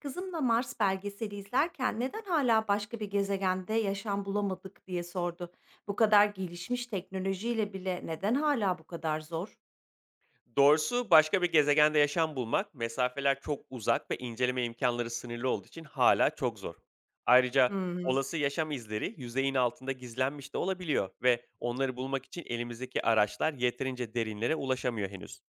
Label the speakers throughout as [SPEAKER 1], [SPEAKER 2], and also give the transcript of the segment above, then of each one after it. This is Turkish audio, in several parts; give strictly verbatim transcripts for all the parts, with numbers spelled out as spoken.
[SPEAKER 1] Kızımla Mars belgeseli izlerken neden hala başka bir gezegende yaşam bulamadık diye sordu. Bu kadar gelişmiş teknolojiyle bile neden hala bu kadar zor?
[SPEAKER 2] Doğrusu başka bir gezegende yaşam bulmak, mesafeler çok uzak ve inceleme imkanları sınırlı olduğu için hala çok zor. Ayrıca
[SPEAKER 1] Hmm.
[SPEAKER 2] olası yaşam izleri yüzeyin altında gizlenmiş de olabiliyor ve onları bulmak için elimizdeki araçlar yeterince derinlere ulaşamıyor henüz.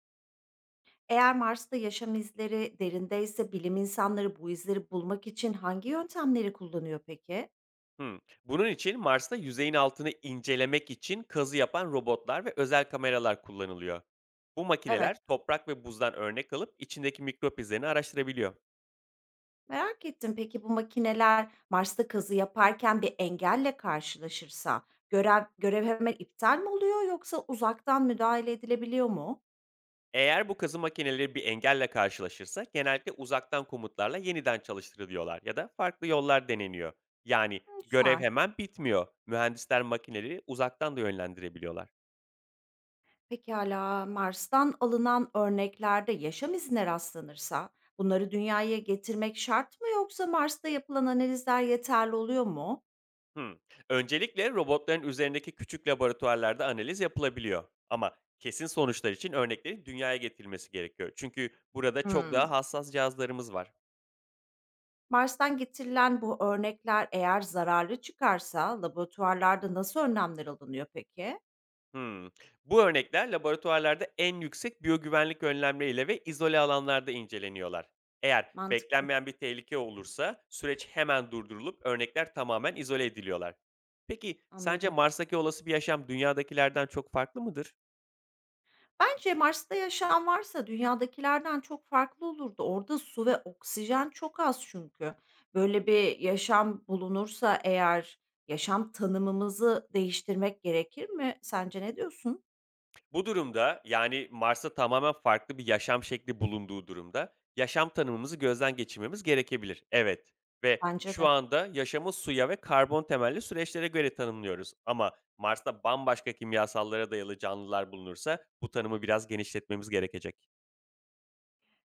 [SPEAKER 1] Eğer Mars'ta yaşam izleri derindeyse bilim insanları bu izleri bulmak için hangi yöntemleri kullanıyor peki?
[SPEAKER 2] Hımm. Bunun için Mars'ta yüzeyin altını incelemek için kazı yapan robotlar ve özel kameralar kullanılıyor. Bu
[SPEAKER 1] Evet,
[SPEAKER 2] makineler toprak ve buzdan örnek alıp içindeki mikrop izlerini araştırabiliyor.
[SPEAKER 1] merak ettim. Peki bu makineler Mars'ta kazı yaparken bir engelle karşılaşırsa görev görev hemen iptal mi oluyor yoksa uzaktan müdahale edilebiliyor mu?
[SPEAKER 2] Eğer bu kazı makineleri bir engelle karşılaşırsa, genellikle uzaktan komutlarla yeniden çalıştırılıyorlar ya da farklı yollar deneniyor. Yani
[SPEAKER 1] Hı,
[SPEAKER 2] görev
[SPEAKER 1] güzel.
[SPEAKER 2] hemen bitmiyor. Mühendisler makineleri uzaktan da yönlendirebiliyorlar.
[SPEAKER 1] Pekâlâ, Mars'tan alınan örneklerde yaşam izine rastlanırsa bunları Dünya'ya getirmek şart mı yoksa Mars'ta yapılan analizler yeterli oluyor mu?
[SPEAKER 2] Hmm. Öncelikle robotların üzerindeki küçük laboratuvarlarda analiz yapılabiliyor. Ama kesin sonuçlar için örnekleri dünyaya getirilmesi gerekiyor. Çünkü burada çok daha
[SPEAKER 1] Hımm.
[SPEAKER 2] hassas cihazlarımız var.
[SPEAKER 1] Mars'tan getirilen bu örnekler eğer zararlı çıkarsa laboratuvarlarda nasıl önlemler alınıyor peki?
[SPEAKER 2] Hımm. Bu örnekler laboratuvarlarda en yüksek biyogüvenlik önlemleriyle ve izole alanlarda inceleniyorlar. Eğer
[SPEAKER 1] Mantıklı,
[SPEAKER 2] beklenmeyen bir tehlike olursa, süreç hemen durdurulup örnekler tamamen izole ediliyorlar. Peki sence
[SPEAKER 1] anladım.
[SPEAKER 2] Mars'taki olası bir yaşam dünyadakilerden çok farklı mıdır?
[SPEAKER 1] Bence Mars'ta yaşam varsa dünyadakilerden çok farklı olurdu. Orada su ve oksijen çok az çünkü. Böyle bir yaşam bulunursa eğer yaşam tanımımızı değiştirmek gerekir mi? Sence ne diyorsun?
[SPEAKER 2] Bu durumda, yani, Mars'ta tamamen farklı bir yaşam şekli bulunduğu durumda yaşam tanımımızı gözden geçirmemiz gerekebilir. Evet, ve
[SPEAKER 1] Bence
[SPEAKER 2] şu
[SPEAKER 1] de.
[SPEAKER 2] anda yaşamı suya ve karbon temelli süreçlere göre tanımlıyoruz, ama Mars'ta bambaşka kimyasallara dayalı canlılar bulunursa bu tanımı biraz genişletmemiz gerekecek.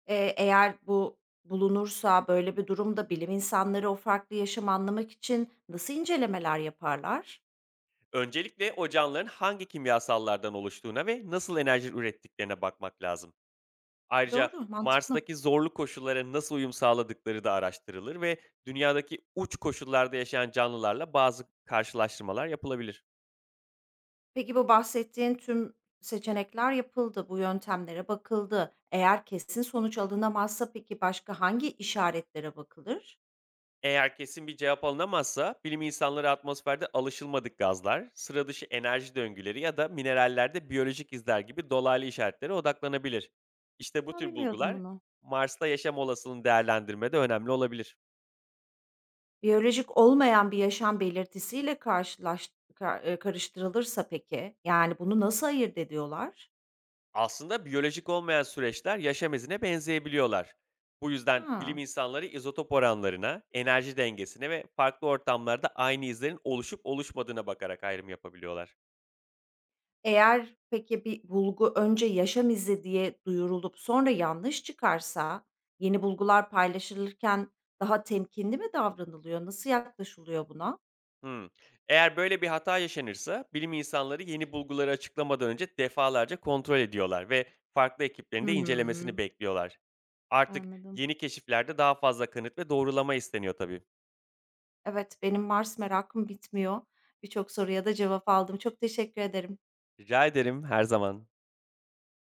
[SPEAKER 1] Eee, eğer bu bulunursa böyle bir durumda bilim insanları o farklı yaşamı anlamak için nasıl incelemeler yaparlar?
[SPEAKER 2] Öncelikle o canlıların hangi kimyasallardan oluştuğuna ve nasıl enerji ürettiklerine bakmak lazım. Ayrıca
[SPEAKER 1] Doğru, mantıklı.
[SPEAKER 2] Mars'taki zorlu koşullara nasıl uyum sağladıkları da araştırılır ve dünyadaki uç koşullarda yaşayan canlılarla bazı karşılaştırmalar yapılabilir.
[SPEAKER 1] Peki, bu bahsettiğin tüm seçenekler yapıldı, bu yöntemlere bakıldı. Eğer kesin sonuç alınamazsa peki başka hangi işaretlere bakılır?
[SPEAKER 2] Eğer kesin bir cevap alınamazsa, bilim insanları atmosferde alışılmadık gazlar, sıra dışı enerji döngüleri ya da minerallerde biyolojik izler gibi dolaylı işaretlere odaklanabilir. İşte bu
[SPEAKER 1] A,
[SPEAKER 2] tür
[SPEAKER 1] bilmiyordum
[SPEAKER 2] bulgular
[SPEAKER 1] bunu.
[SPEAKER 2] Mars'ta yaşam olasılığını değerlendirmede önemli olabilir.
[SPEAKER 1] Biyolojik olmayan bir yaşam belirtisiyle karşılaş ka eee, karıştırılırsa peki, yani, bunu nasıl ayırt ediyorlar?
[SPEAKER 2] Aslında biyolojik olmayan süreçler yaşam izine benzeyebiliyorlar. Bu yüzden bilim
[SPEAKER 1] Ha.
[SPEAKER 2] insanları izotop oranlarına, enerji dengesine ve farklı ortamlarda aynı izlerin oluşup oluşmadığına bakarak ayrım yapabiliyorlar.
[SPEAKER 1] Eğer peki bir bulgu önce yaşam izi diye duyurulup sonra yanlış çıkarsa, yeni bulgular paylaşılırken daha temkinli mi davranılıyor? Nasıl yaklaşılıyor buna?
[SPEAKER 2] Hmm. Eğer böyle bir hata yaşanırsa, bilim insanları yeni bulguları açıklamadan önce defalarca kontrol ediyorlar ve farklı ekiplerin de incelemesini
[SPEAKER 1] Hımm,
[SPEAKER 2] bekliyorlar. Artık
[SPEAKER 1] anladım.
[SPEAKER 2] yeni keşiflerde daha fazla kanıt ve doğrulama isteniyor tabii.
[SPEAKER 1] Evet, benim Mars merakım bitmiyor. Birçok soruya da cevap aldım. Çok teşekkür ederim.
[SPEAKER 2] Rica ederim, her zaman.